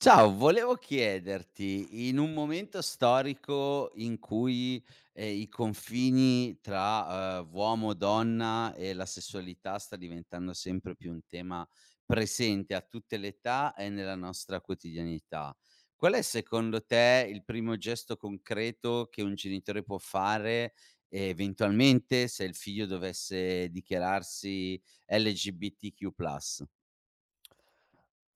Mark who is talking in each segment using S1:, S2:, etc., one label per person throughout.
S1: Ciao, volevo chiederti, in un momento storico in cui, i confini tra, uomo, donna e la sessualità sta diventando sempre più un tema presente a tutte le età e nella nostra quotidianità, qual è secondo te il primo gesto concreto che un genitore può fare, eventualmente se il figlio dovesse dichiararsi LGBTQ+,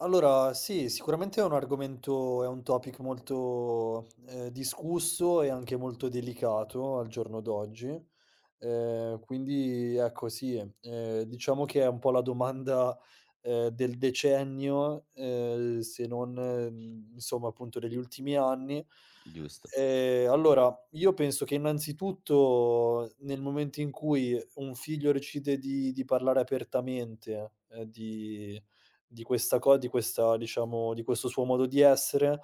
S2: Allora sì, sicuramente è un argomento è un topic molto, discusso e anche molto delicato al giorno d'oggi. Quindi ecco sì, diciamo che è un po' la domanda, del decennio, se non, insomma appunto degli ultimi anni.
S1: giusto?
S2: Io penso che innanzitutto nel momento in cui un figlio decide di parlare apertamente, di questa co di questa diciamo, di questo suo modo di essere,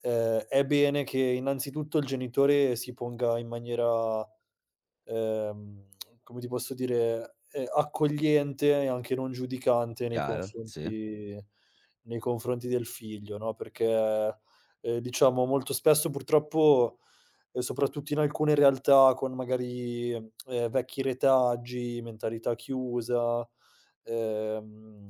S2: è bene che innanzitutto il genitore si ponga in maniera ehm, come ti posso dire, accogliente e anche non giudicante
S1: Chiaro? Sì.
S2: nei confronti del figlio, no, perché, diciamo molto spesso purtroppo, soprattutto in alcune realtà con magari, vecchi retaggi, mentalità chiusa, ehm,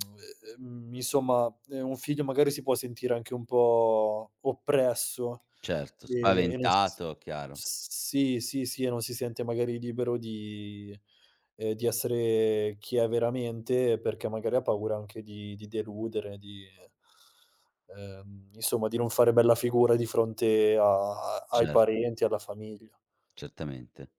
S2: insomma, un figlio magari si può sentire anche un po' oppresso,
S1: Certo,
S2: e non si
S1: spaventato, chiaro.
S2: s sì, sì, sì, e non si sente magari libero di essere chi è veramente, perché magari ha paura anche di deludere, di insomma di non fare bella figura di fronte a ai
S1: Certo,
S2: parenti, alla famiglia.
S1: certamente.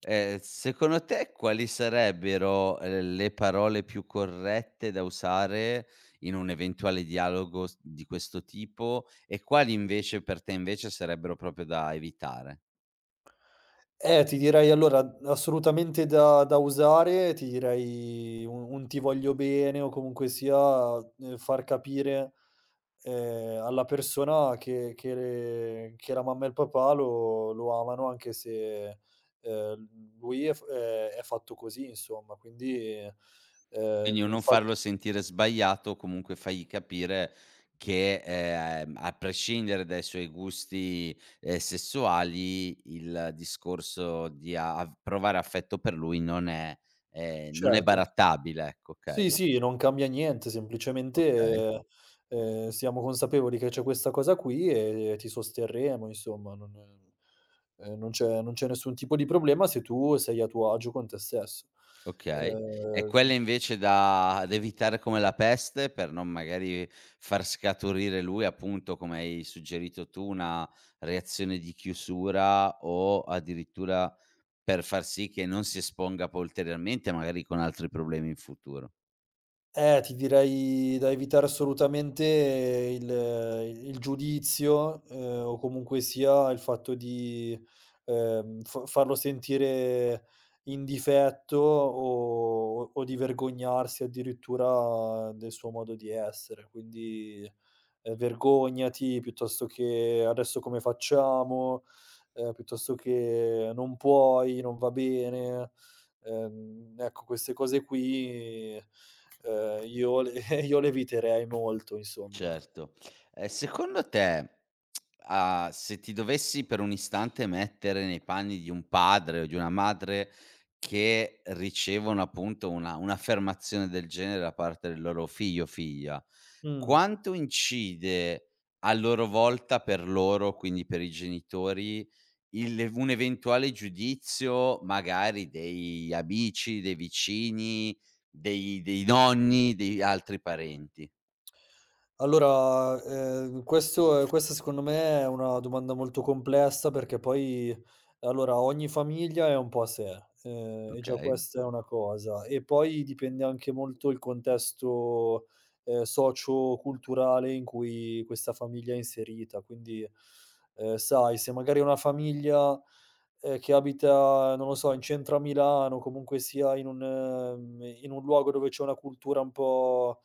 S1: Secondo te quali sarebbero, le parole più corrette da usare in un eventuale dialogo s di questo tipo e quali invece per te invece sarebbero proprio da evitare?
S2: Ti direi allora assolutamente da usare, ti direi un "ti voglio bene" o comunque sia, far capire alla persona che la mamma e il papà lo amano anche se, lui è f è fatto così insomma, quindi,
S1: Quindi o
S2: il
S1: non
S2: fatt
S1: farlo sentire sbagliato o comunque fagli capire che, a prescindere dai suoi gusti, sessuali, il discorso di a av provare affetto per lui non è non è
S2: certo.
S1: barattabile, ecco, okay,
S2: Sì, sì, non cambia niente,
S1: okay,
S2: semplicemente, siamo consapevoli che c'è questa cosa qui e ti sosterremo insomma, non c'è non c'è nessun tipo di problema se tu sei a tuo agio con te stesso.
S1: okay. E
S2: Ehm
S1: quelle invece da evitare come la peste, per non magari far scaturire lui, appunto, come hai suggerito tu, una reazione di chiusura o addirittura, per far sì che non si esponga poi ulteriormente, magari con altri problemi in futuro.
S2: Ti direi da evitare assolutamente il giudizio, o comunque sia il fatto di, fa farlo sentire in difetto o di vergognarsi addirittura del suo modo di essere. Quindi, vergognati piuttosto che: "Adesso come facciamo?" Piuttosto che: "Non puoi, non va bene." Ecco queste cose qui Io le io le eviterei molto insomma.
S1: Certo. Secondo te, a se ti dovessi per un istante mettere nei panni di un padre o di una madre che ricevono appunto una un'affermazione del genere da parte del loro figlio o figlia,
S2: Mh.
S1: quanto incide a loro volta per loro, quindi per i genitori, il un eventuale giudizio magari dei amici, dei vicini, dei nonni, di altri parenti?
S2: Questo è questa secondo me è una domanda molto complessa perché poi allora ogni famiglia è un po' a sé, e già
S1: Okay,
S2: questa è una cosa. E poi dipende anche molto il contesto, socio-culturale in cui questa famiglia è inserita. Quindi, sai, se magari è una famiglia, che abita, non lo so, in centro a Milano, comunque sia in un in un luogo dove c'è una cultura un po'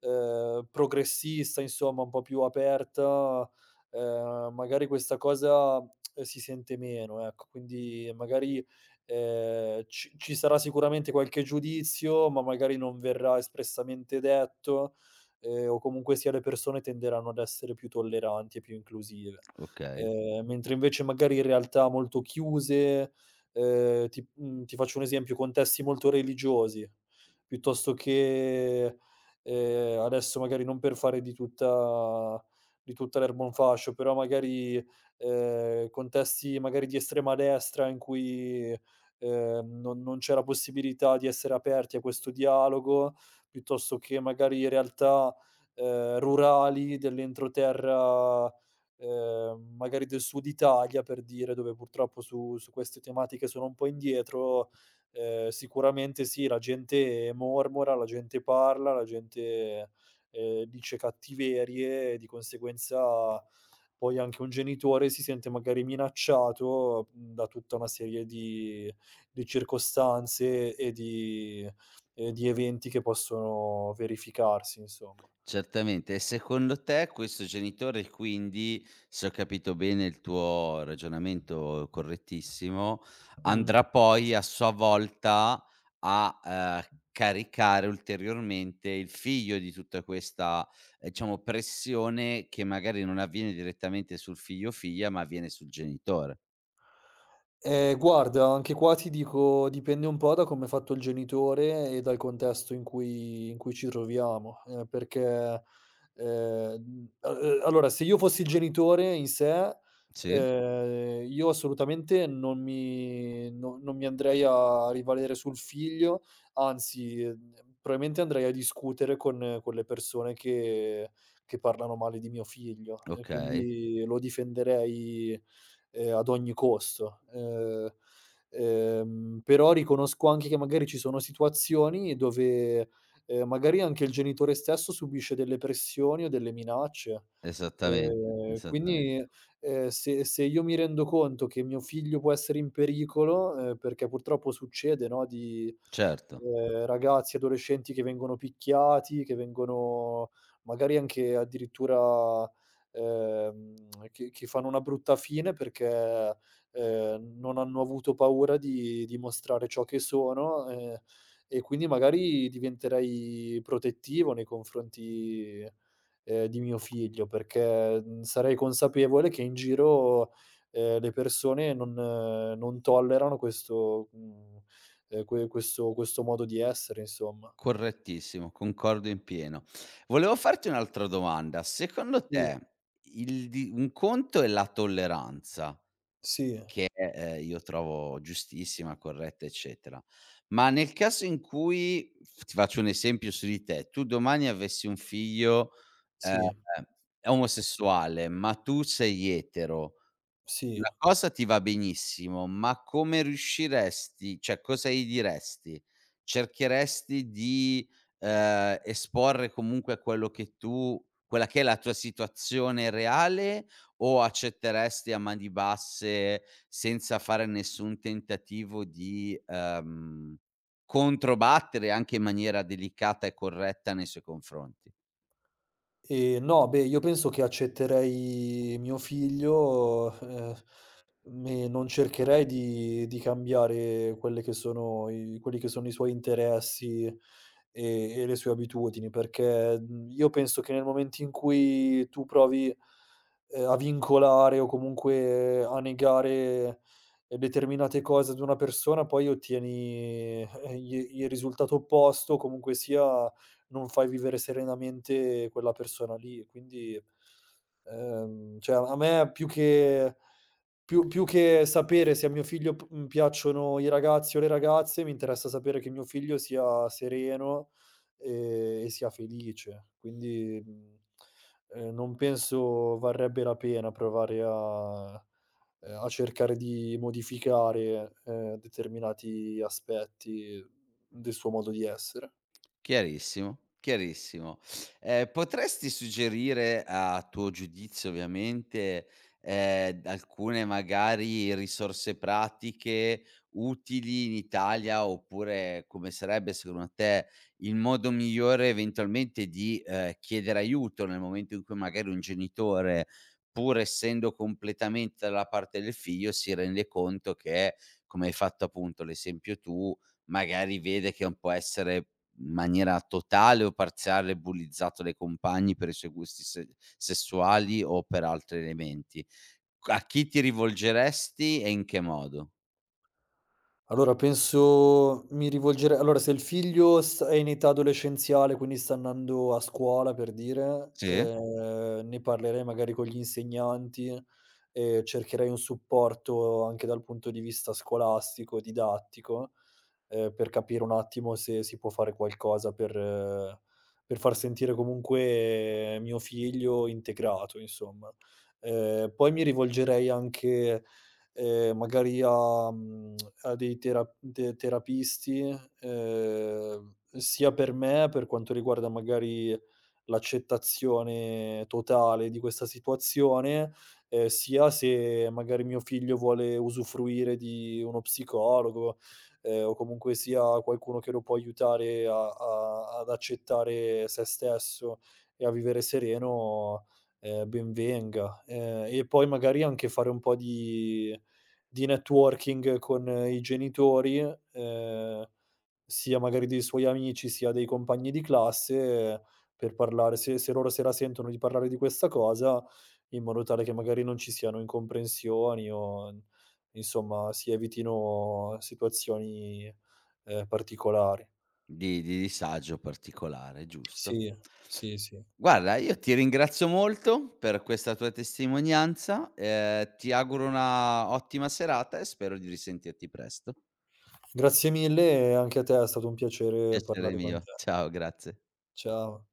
S2: progressista, insomma, un po' più aperta, magari questa cosa, si sente meno, ecco. Quindi magari, ci sarà sicuramente qualche giudizio, ma magari non verrà espressamente detto, o comunque sia le persone tenderanno ad essere più tolleranti e più inclusive.
S1: okay.
S2: Mentre invece magari in realtà molto chiuse, ti faccio un esempio, contesti molto religiosi, piuttosto che, adesso magari non per fare di tutta l'erba un fascio, però magari, contesti magari di estrema destra in cui, non c'è la possibilità di essere aperti a questo dialogo, piuttosto che magari realtà, rurali dell'entroterra, magari del sud Italia per dire, dove purtroppo su queste tematiche sono un po' indietro. Sicuramente sì, la gente mormora, la gente parla, la gente, dice cattiverie e di conseguenza poi anche un genitore si sente magari minacciato, da tutta una serie di circostanze e di eventi che possono verificarsi, insomma.
S1: Certamente. E secondo te questo genitore quindi, se ho capito bene il tuo ragionamento correttissimo,
S2: Mh.
S1: andrà poi a sua volta a, caricare ulteriormente il figlio di tutta questa, diciamo pressione che magari non avviene direttamente sul figlio o figlia, ma avviene sul genitore.
S2: Guarda, anche qua ti dico, dipende un po' da come è fatto il genitore e dal contesto in cui ci troviamo, perché, a allora se io fossi il genitore in sé,
S1: Sì?
S2: io assolutamente non mi andrei a rivalere sul figlio, anzi, probabilmente andrei a discutere con le persone che parlano male di mio figlio e
S1: Okay,
S2: quindi lo difenderei ad ogni costo. Però riconosco anche che magari ci sono situazioni dove, magari anche il genitore stesso subisce delle pressioni o delle minacce.
S1: esattamente,
S2: Ehm,
S1: esattamente.
S2: quindi, Se se io mi rendo conto che mio figlio può essere in pericolo, perché purtroppo succede, no, di,
S1: Certo.
S2: ragazzi, adolescenti che vengono picchiati, che vengono magari anche addirittura ehm, che fanno una brutta fine perché, non hanno avuto paura di mostrare ciò che sono, e quindi magari diventerei protettivo nei confronti, di mio figlio perché, sarei consapevole che in giro, le persone non tollerano questo mhmm, que questo questo modo di essere insomma.
S1: Correttissimo, concordo in pieno. Volevo farti un'altra domanda. Secondo
S2: Sì,
S1: te il di un conto è la tolleranza,
S2: sì,
S1: che, io trovo giustissima, corretta, eccetera, ma nel caso in cui f ti faccio un esempio su di te, tu domani avessi un figlio, ehm,
S2: sì,
S1: omosessuale, ma tu sei etero,
S2: sì.
S1: la cosa ti va benissimo, ma come riusciresti cioè cosa gli diresti? Cercheresti di, esporre comunque a quello che tu quella che è la tua situazione reale o accetteresti a mani basse senza fare nessun tentativo di, controbattere anche in maniera delicata e corretta nei suoi confronti?
S2: No, beh, io penso che accetterei mio figlio, me non cercherei di cambiare quelle che sono i quelli che sono i suoi interessi e le sue abitudini, perché, io penso che nel momento in cui tu provi, a vincolare o comunque a negare determinate cose ad una persona, poi ottieni, i il risultato opposto o comunque sia non fai vivere serenamente quella persona lì. E quindi, cioè a me più che più che sapere se a mio figlio piacciono i ragazzi o le ragazze, mi interessa sapere che mio figlio sia sereno, e sia felice. Quindi, non penso varrebbe la pena provare a a cercare di modificare, determinati aspetti del suo modo di essere.
S1: Chiarissimo, chiarissimo. Potresti suggerire, a tuo giudizio ovviamente, alcune magari risorse pratiche utili in Italia, oppure come sarebbe secondo te il modo migliore eventualmente di, chiedere aiuto nel momento in cui magari un genitore, pur essendo completamente dalla parte del figlio, si rende conto che, come hai fatto appunto l'esempio tu, magari vede che un può essere in maniera totale o parziale bullizzato dai compagni per i suoi gusti se sessuali o per altri elementi. Q A chi ti rivolgeresti e in che modo?
S2: Allora penso mi rivolgerei allora se il figlio s è in età adolescenziale, quindi sta andando a scuola per dire,
S1: Sì,
S2: ne parlerei magari con gli insegnanti e cercherei un supporto anche dal punto di vista scolastico, didattico, per capire un attimo se si può fare qualcosa per far sentire comunque mio figlio integrato, insomma. Poi mi rivolgerei anche, magari a a dei terapisti, sia per me, per quanto riguarda magari l'accettazione totale di questa situazione, sia se magari mio figlio vuole usufruire di uno psicologo o comunque sia qualcuno che lo può aiutare a ad accettare sé stesso e a vivere sereno, ben venga. E poi magari anche fare un po' di networking con i genitori, ehm, sia magari dei suoi amici, sia dei compagni di classe per parlare se loro se la sentono di parlare di questa cosa, in modo tale che magari non ci siano incomprensioni o insomma, si evitino situazioni, particolari.
S1: di disagio particolare,
S2: Sì,
S1: giusto.
S2: sì, sì.
S1: Guarda, io ti ringrazio molto per questa tua testimonianza, ti auguro una ottima serata e spero di risentirti presto.
S2: Grazie mille e anche a te, è stato un piacere
S1: Piacere
S2: parlare con
S1: mio.
S2: te.
S1: Ciao, grazie.
S2: Ciao.